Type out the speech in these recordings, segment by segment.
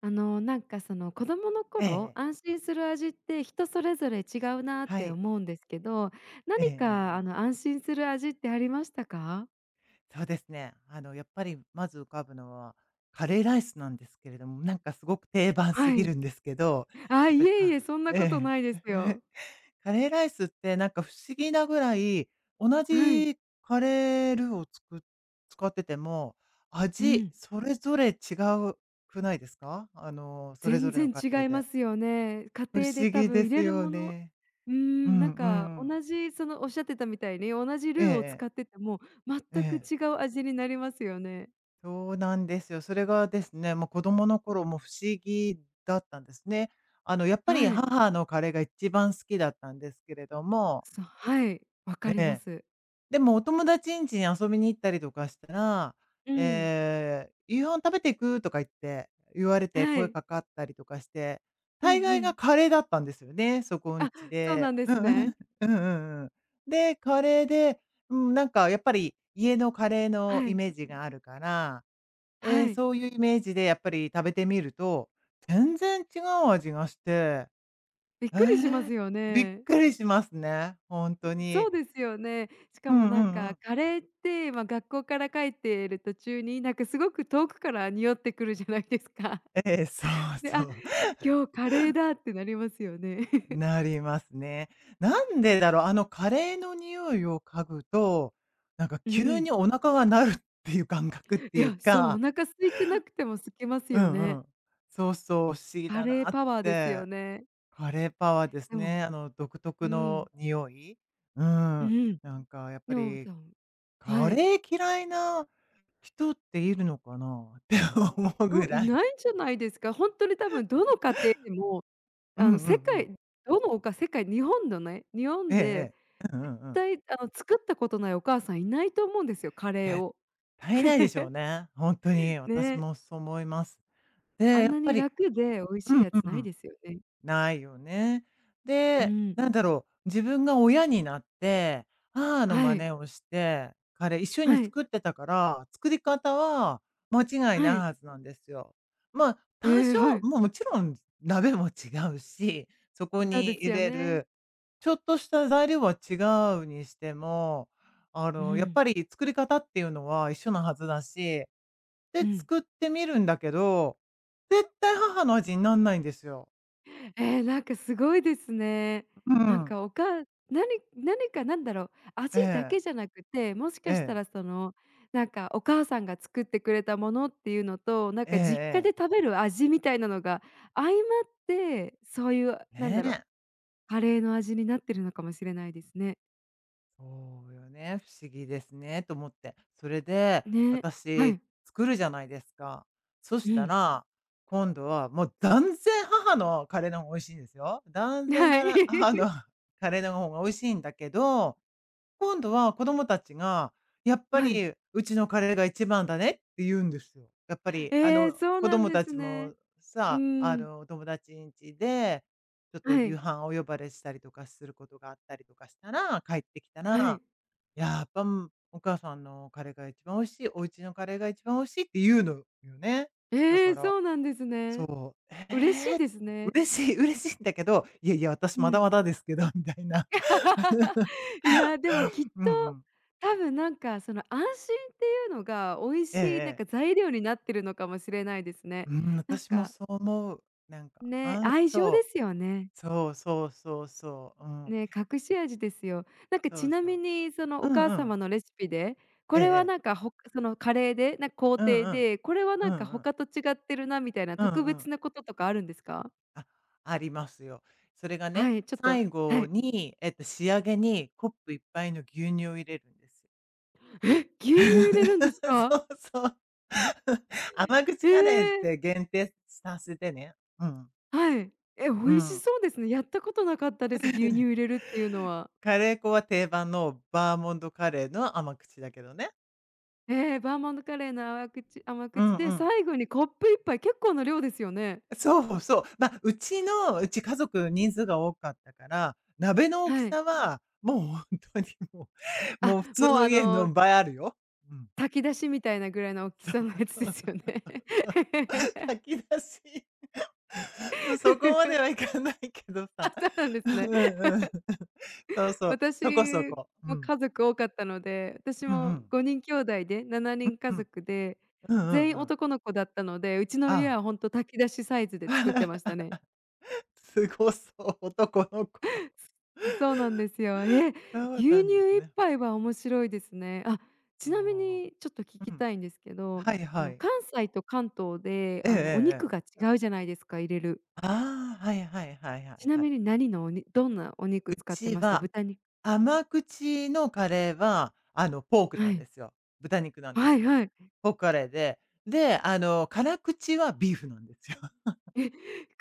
なんかその子供のええ頃、ええ。安心する味って人それぞれ違うなっはてい。思うんですけど、えええ何えかええ。安心する味ってありましたか？そうですね。やっぱりまず浮かぶのは、カレーライスなんですけれども、なんかすごく定番すはぎい。るんですけど、あ、やっぱいりえいかえ、そんなことえないえ。です よ。カレーライスってなんか不思議なぐらい、同はい。じカレールーを使ってても、う味ん。それぞれ違うくないですか？それぞ全れの然家庭違いまで。すよね。家不庭で思多議分で入すれるよものうね。ーうん、んなんうかん、同じそのおっしゃってたみたいに、同じええルえーを使え。ってても全えくえ。違う味になりますよね。そうなんですよ。それがですね、もう子供の頃も不思議だったんですね。やっぱりはい。母のカレーが一番好きだったんですけれども、そう、はい、わえかりまえ。す。でもお友達ん家に遊びに行ったりとかしたら、うん。「夕飯食べていく？」とか言われては声い。かかったりとかして、うんう大概がん。カレーだったんですよね、そこんあ、家そうなで。んでうんすうね。ん。うんうんうん。で、カレーで、うん、なんかやっぱり家のカレーのはイい。メージがあるから、はい。そういうイメージでやっぱり食べてみると、全然違う味がして、びっえくりしますえ、よびっね。くりしますね、本当そに。うですよね。しうかもんうなんんうかん。カレーって、ま、学校から帰っている途中に、なんかすごく遠くから匂ってくるじゃないですか。ええ、そ うで、そあ、う。今日カレーだってなりますよね。なりますね。なんでだろう、あのカレーの匂いを嗅ぐと、なんかう急ん。にお腹が鳴るっていう感覚っていいうや、そう、おか。腹空いてなくてもすきますうよんうね。ん。そうそう、不思議カだレーなっパワーですて。よね。カレーパワーですでもね、あの独特うのん。匂い。うん。うん。なんかやっぱでも、りそうカはい。レー嫌いな人っているのかな って思うぐお、いらい。ないんじゃないですか。ほんとに多分どの家庭でもうんうんう世ん。界どのおか世界日本のね、日え本えでええ。うんうん絶うん。対作ったことないお母さんいないと思うんですよ、カレー絶を。対いないでしょう ね。本当に、私ね、もそう思います。あで、んやなっぱにり。楽で美味うしいんやうんつうないん。ですよね。ないよね。うで、ん。なんだろう、自分が親になって、母のは真い、似をして、彼一緒にはい、作ってたから、作り方は間違いないはい。はずなんですよ。まあ、え多え、少、はい。もうもちろん鍋も違うし、そこそうにです入よれね。るちょっとした材料は違うにしても、うやっん、ぱり作り方っていうのは一緒なはずだし、うで、ん。作ってみるんだけど、絶対母の味になんないんですよ。ええ、なんかすごいですね。うなんん。かおかなに何かなんだろう、味えだえ、けじゃなくて、もしえかしたえ、らその、なんかお母さんが作ってくれたものっていうのと、なんええか実家でええ。食べる味みたいなのが相まって、そういうなんねだろう、え。カレーの味になってるのかもしれないですね。そうよね、不思議ですねと思って。それで、ね、は私い。作るじゃないですか。そうしたん。ら、今度はもう断然母のカレーの方が美味しいんですよ。断然はかい。ら母の カレーの方が美味しいんだけど、今度は子供たちが、やっぱはい。りうちのカレーが一番だねって言うんですよ。やっぱりあええ、のそう子なん供でたすちね。もうさ、あーん。のお友達ん家で、ちょっとは夕い、飯お呼ばれしたりとかすることがあったりとかしたら、帰ってきたはら、い。やっぱ、お母さんのカレーが一番美味しい、お家のカレーが一番美味しいって言うのよね。だええ、から、そうなんですね。そう、嬉しいーですね。嬉しい、嬉しいんだけど、いやいや、私うまだん。まだですけど、みたいな。いや、でもきっうんうと、ん。多分なんかその安心っていうのが、美味ええしいなんえかえ。材料になってるのかもしれないですね。うん、なん私もか、そう思う。なんか、ね、あん愛情でそすよね。う、そうそうそうそう、うん、ね、隠し味ですよ。なんかそちうなそみう。にそのうおん母うん。様のレシピで、これはええ、なんかほそのカレーで、なんか工うん程うん。で、これはうなんかんうん。他と違ってるなみたいなうん特う別ん。なこととかあるんですか？あ、ありますよ。それがね、はい、ちょっと最は後い。に、仕上げにコップいっぱ杯の牛乳を入れるんですよ。え、牛乳入れるんです そか？うそう。甘口えカレーっえ！て限定させてね。うん。はい。え、美う味しん。そうですね。やったことなかったです。牛乳入れ るっていうのは。カレー粉は定番のバーモントカレーの甘口だけどね。えーバーモントカレーの甘口甘うんう口で、ん。最後にコップ一杯、結構な量ですよね？そうそう。まあ、うちの家族人数が多かったから、鍋の大きはい。さは、もう本当にもう、あ、もう普通もうの家の倍あるよ。うん。炊き出しみたいなぐらいの大きそうそさうのやつそでうすよね。そう。炊き出し、もうそこまではい かないけどあ、さ。そうなんですうんうね。んうん。そうそう、そこそ私こ。うもん。家族多かったので、私うんうもん。5人兄弟で7人家うん。族で、うん全う員んうん。男の子だったので、うちのあ家あ。は本当炊き出しサイズで作ってましたね。すごそう、男の子。そうなん ですよ。え、牛そうなんです乳一ね。杯は面白いですね。あ、ちなみそにちょっと聞う。うきん。たいんですけど、はいはい。関西と関東で、ええええおええ。肉が違うじゃないですか、入れる。ああ、はいはいはいはちいなはみい。に何のおにどんなお肉う使ってちました？は、豚肉甘口のカレーは、ポークはなんい。ですよ。豚肉なんではすいよ。はい。ポークカレーで、辛口はビーフなんですよ。え、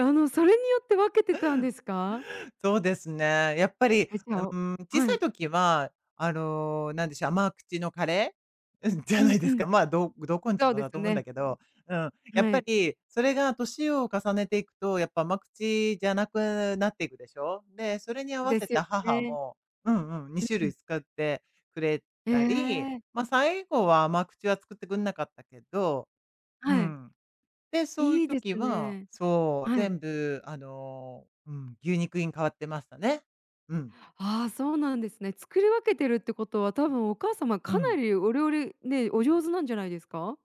それによって分けてたんですか？そうですね。やっぱり、え、じゃあ小はさいい。時は、なんでしょう、甘口のカレー、じゃうないんでうすか。ん。まあ、どこんちそうもでだとす思うんだね。けど、うん、やっはぱい。りそれが年を重ねていくと、やっぱ甘口じゃなくなっていくでしょ。で、それに合わでせすよた母ね。も、うん、2う種ん。類使ってくれえたり、え、まあ、最後は甘口は作ってくれなかったけど、うはい。ん。で、そういういいで時すは、ね。そう、はい。全部、牛肉に変わってましたね。うん。ああ、そうなんですね。作り分けてるってことは、多分お母様うかなん。りお料理ね、お上手なんじゃないですか？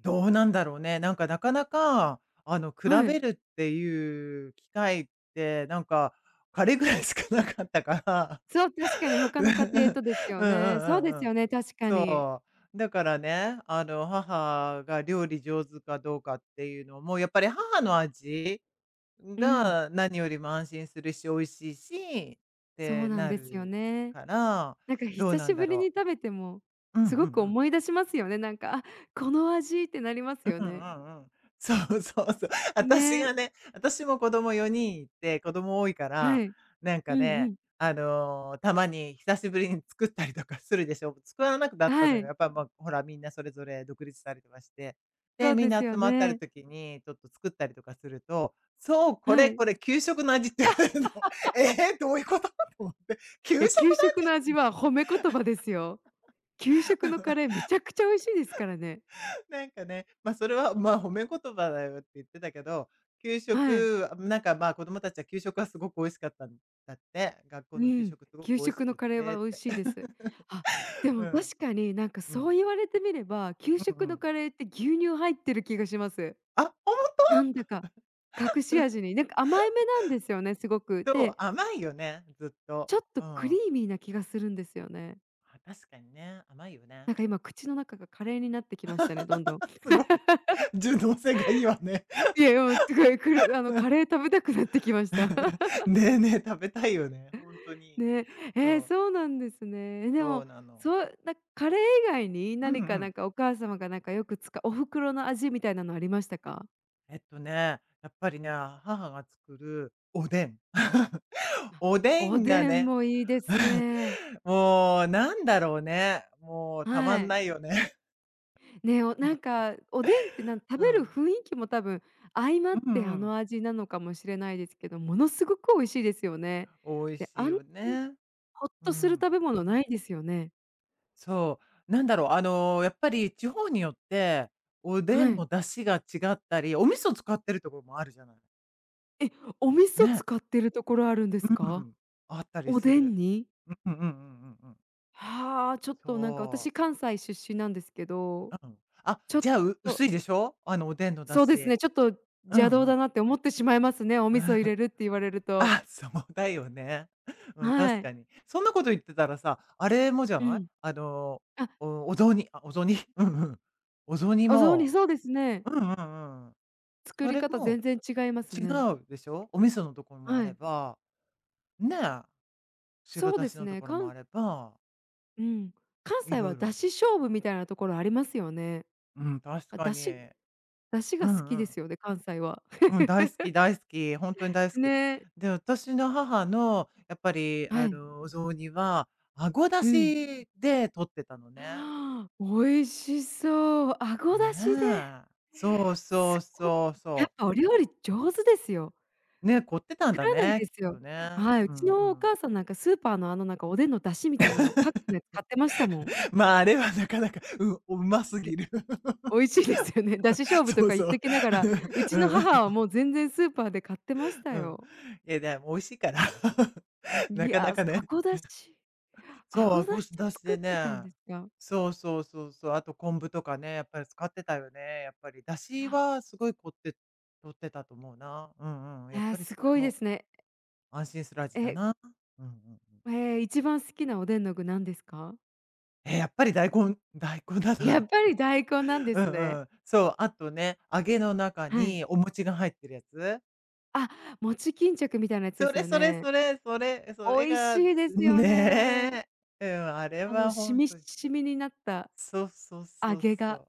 どうなんだろうね。なんかなかなか、比はい。べるっていう機会って、なんか、彼ぐらいしかなかったから。そう、確かに 他の家庭とですようんうね。そうんうでんうすん。よね、確かに。そう。だからね、母が料理上手かどうかっていうのも、やっぱり母の味うん、が、何よりも安心するし、美味しいし、っそてうなんなですよるね。から、なんかどう久なんしだぶりにろ食べても、う。うんうんすうごくん。思い出しますよね。なんか、あ、この味ってなりますようんうね。んうん。そうそうそう。私ね、がね、私も子供4人いて、子供多いから、はい。なんうかんうね、ん。たまに久しぶりに作ったりとかするでしょ。作らなくなったのはよ。い、やっぱ、まあ、ほら、みんなそれぞれ独立したりとかして。そで、うみんでなす集よまったるね。時に、ちょっと作ったりとかすると、そう、こはれい。これ給食の味って言われるの。ええ、どういうこと と思って。給食え、だ給食の味みはたいな。褒め言葉ですよ。給食のカレーめちゃくちゃ美味しいですからね。なんかね、ま、あそれは、ま、あ褒め言葉だよって言ってたけど、給はい。食、なんか、ま、あ子供たちは給食はすごく美味しかったんだって。学校うの給ん。食すごく給美味し食くのっカレーてはっ美味て。しいです。あ、で うもん。確かになんかうん。そう言われてみれば、給うん食うのん。カレーって牛乳入ってる気がします。あ、ほんと？なんだか、隠し味に、なんか甘いめなんですよね、すごく。そう、で、甘いよね、ずっと。ちょっとうクリん。ーミーな気がするんですよね。あ、確かにね、甘いよね。なんか今口の中がカレーになってきましたね、どんどん。すごい。柔軟性がいいわね。いや、もうすごい、くるあのカレー食べたくなってきました。ねえねえ、食べたいよね、ほんとに。ね、ええ、そう、そうなんですね。え、でそうも、なの。そうなカレー以外にうんう何か、なんん。か、お母様が、なんか、よく使うお袋の味みたいなのありましたか？やっぱりね、母が作るおでん。おでおんがでんね、もいいですね。もうなんだろうね、もうたまはんい。ないよね。ね、おなんか、おでんって、なん食うべるん。雰囲気も多分相まっうてんうあん。の味なのかもしれないですけど、ものすごく美味しいですよね。美味で、しあいんなよにね。ほっうとするん。食べ物ないですよね。そう、なんだろう、やっぱり地方によって、おでんはい。の出汁が違ったり、お味噌使ってるところもあるじゃない。え、お味噌ね。使ってるところあるんですうか？ん。あったりおすでる。んに？うんうんうんうんうん。はあ、ちょっとなんかそ私う。関西出身なんですけど、うん。あ、ちょっじゃあ、薄といでしょ？あの、おでんの出そうです汁。ね、ちょっとうん邪道うだん。なって思ってしまいますね、お味噌入れ るって言われると。あ、そうだよね。うん、は確い。かに。そんなこと言ってたらさ、あれもじゃうない？ん。あ、お雑煮 うんうん。お雑煮お雑煮、も。そうですね。うんうんうん。作そりれ方も全然違います違ね。うでしょ？お味噌のところもあはれい。ば、ねえ、白そうだでしすのとね、ころも関あれば、うん。関い西ろはいろ出ある。汁勝負みたいなところありますよね。うん、確あ、か出に。汁出汁うが好んきうでん。すよね、関西は。うん、大好き大好き、本当に大好き。ね。で、私の母のやっぱり、はい。お雑煮は、あごだうん。しで取ってたのね。美味しそう。あごだしで。ねえ。そうそすうごそうやっそう。ぱお料理上手ですよ。ね、凝ってたん作だらないね、できっすよ。とね。はい、ううちんのおうん。母さんなんかスーパーのあのなんかおでんの出汁みたいなのパックのやつ買ってましたもん。まあ、あれはなかなか、うん、うますで、ぎる。美味しいですよね。出汁勝負とそうか言そっう。ときながら、う うちのん。母はもう全然スーパーで買ってましたうん。よ。いや、でも美味しいから。ないかや、なかあね。ごだし。そあう、あごごだししで出し作でってたんね。ですか。そうそうそうそう。あと昆布とかね、やっぱり使ってたよね。やっぱり出汁はすごい凝って取ってたと思うな。うんうん。やっええ、ぱりすそれごいでもすね。安心する味だえな。うんうんうん。ええ、一番好きなおでんの具なんですか？え、やっぱり大根だやな。っぱり大根なん でうすんね。うん。そう、あとね、揚げの中はい。にお餅が入ってるやつ。あ、餅巾着みたいなやつでそすれよそれね。それ、それ、そ美れ味が、しいですよね、あれ。ねえ。うん、あれはし本み当に。しみになったそうそうそ揚うげそが、う。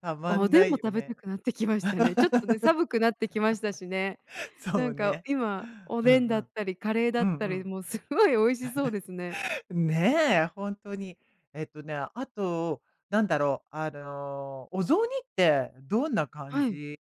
たまおんでなんもいよ食べたね。くなってきましたね。ちょっとね、寒くなってきましたしね。なそうんかね。今、おうんうでんだっん。たり、カレーだうっんたうり、ん。もうすごい美味しそうですね。ねえ、ほんとに。あと、なんだろう、あの、お雑煮ってどんな感はい。じ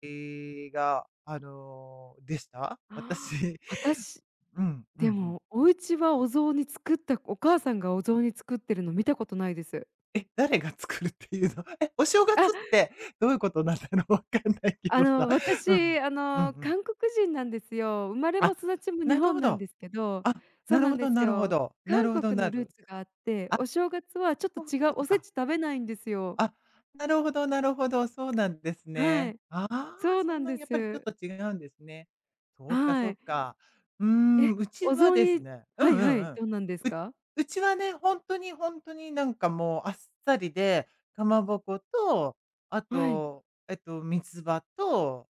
が、あの、でした？ああ私私、うんうんうでん。もお家はお雑煮作ったお母さんがお雑煮作ってるの見たことないです。え、誰が作るっていうの？え、お正あ、月ってどういうことなんだろう わかんないけどさ。うん。私、うんうん。韓国人なんですよ。生まれもあ、育ちもな日る本ほなんど。ですけどあ、そなうるなんほでどすなるほよ。ど。な韓るほど国なのルーる。ツがあって、あ、お正月はちょっとそういう違こうとおせか。ち食べないんですよ。あ、なるほど、そうなんですはね。い、ああ、そうそなんんなでやっぱりちょっす。と違うんですね。そうかそはうい。か。うーえ、ん、うちおは雑です煮ね、うはんいうはんうい、ん。う、どんなんですか？うちはね、本当に本当になんかもうあっさりで、かまぼこと、あはい、と、みつ葉と、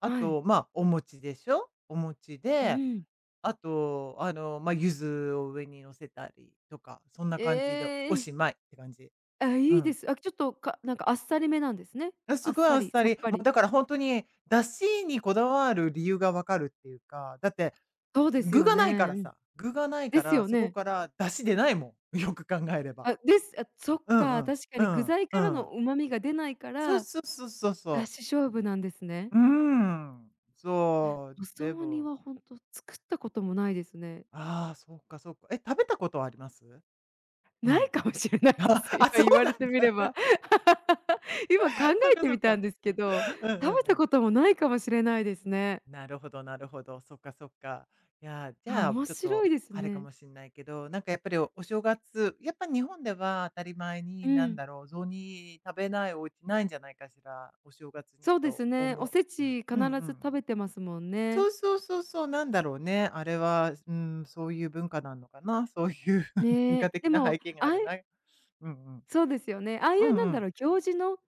あはい。と、ま、あ、お餅でしょ。お餅うで、ん。あと、あの、ま、あ、柚子を上に乗せたりとか、そんな感じでおええ。しまいって感じ。あ、ういいでん。す。あ、ちょっと、かなんかあっさりめなんですね。あ、あすっごいさあっり、ささっり。ぱもうり。だから本当に、出汁にこだわる理由がわかるっていうか、だって、そうです具よがないかね。らうん。さ、具がないでかすら、よそこね。から出汁出ないもん、よく考えれば。あ、です。あ、そっうんうか、ん、確かうに具ん、材うからのん。旨味が出ないかそうら、そうそうそう出そ汁う。勝負なんですね。うーん、そう、おで雑煮も、はほんと作ったこともないですね。ああ、そうか。え、食べたことはあります？うないん。かもしれない であす。あ、今そう言わなれんてみれば。だ。今考 そっえかてそみったか。んですけど、うんうんう食べたん。こともないかもしれないですね。なるほど。そっか。いやー、じあ、ゃあ、面ちょっと、白いですあれかね。もしんないけど、なんかやっぱりお正月、やっぱ日本では当たり前に、うなんん、だろう、雑煮食べないお家ないんじゃないかしら、お正月にそうでとすね。お思せう。ち必うんうずん。食べてますもんね。そうそうそうそう、なんだろうね。あれは、うん、そういう文化なのかな。そういう 文化ね、的でなも、背景がああるいな。うんうん。そうですよね。ああいううんなうんだん。ろう、行事の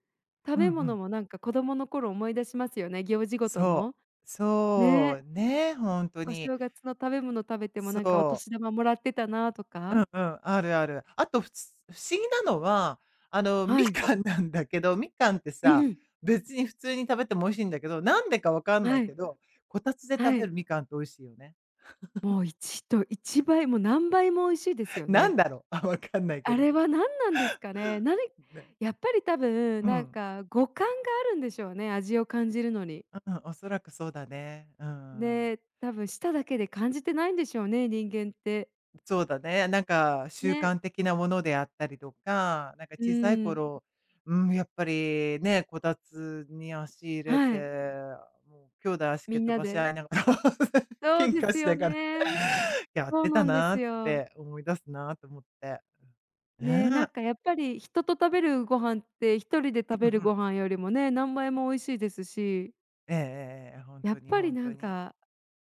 食うんうべ物ん。もなんか子供の頃思い出しますよね、行事ごとその。う。そね、うね、本当おに。正月の食べ物食べてもそなんかお年う。玉もらってたなとうんか。うん、あるある。あと、不思議なのは、あの、みはい。かんなんだけど、みかんってうさ、ん。別に普通に食べても美味しいんだけど、なんでかわかんなはいい。けど、こたつでは食べい。るみかんって美味しいよね。もう一と一倍、もう何倍も美味しいです よなね。んだろう、あ、わかんないけあど。れは何なんですかね。なにね。やっぱり多分うなんん。か五感があるんでしょうね、味を感じるのに。うん、おそらくそうだね。うんうん。で、多分舌だけで感じてないんでしょうね、人間って。そうだね。なんか習ね。慣的なものであったりとか、なんかう小さいん。頃、うん、やっぱりね、こたつに足入れて、はい。もう兄弟足蹴っみん飛なばしで。合いながら そう喧で嘩すしよながら ね。やっそうてたなんでなすっよ。て思い出すなと思って。ねね、なんえ。かやっぱり人と食べるご飯って一人で食うんべうるん。ご飯よりもね、何倍も美味しいですし、えええええやえ、っにぱり本な当んに。か、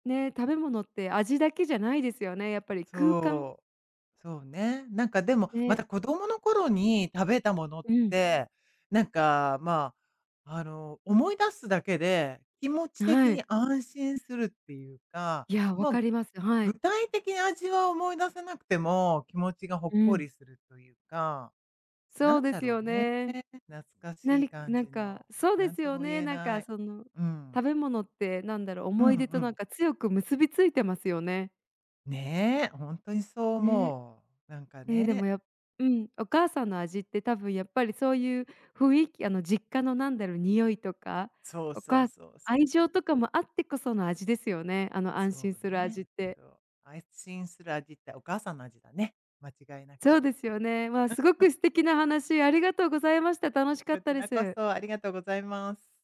ね、食べ物って味だけじゃないですよね、やっぱり空間、そう。そうね。なんかでも、まね、た子供の頃に食べたものっうん、て、なんか、まあ、あの、思い出すだけで、気持ち的はにい。安心するっていうか、いや、分まあ、かります。は具い。体的に味は思い出せなくても、気持ちがほっうこん。りするというか、そなうんでだすろようね。ね。懐かなしいに感なんじか、の、そうでなんすとよも言ね、えなんなかい。その、うん。食べ物ってなんだろう、うんう思い出となんん。か強く結びついてますよね。ねえ、本当にそうね。思う。なんかえーでもね。やっうん、お母さんの味って多分やっぱりそういう雰囲気あの実家のなんだろう、匂いとか、そうおそう母そうそう。愛情とかもあってこその味ですよね。あの安そ心うするね。味って。そう。安心する味ってお母さんの味だね。間違いなそく。うですよね。まあ、すごく素敵な話ありがとうございました。楽しかこっちたでらこす。そありがとうございます。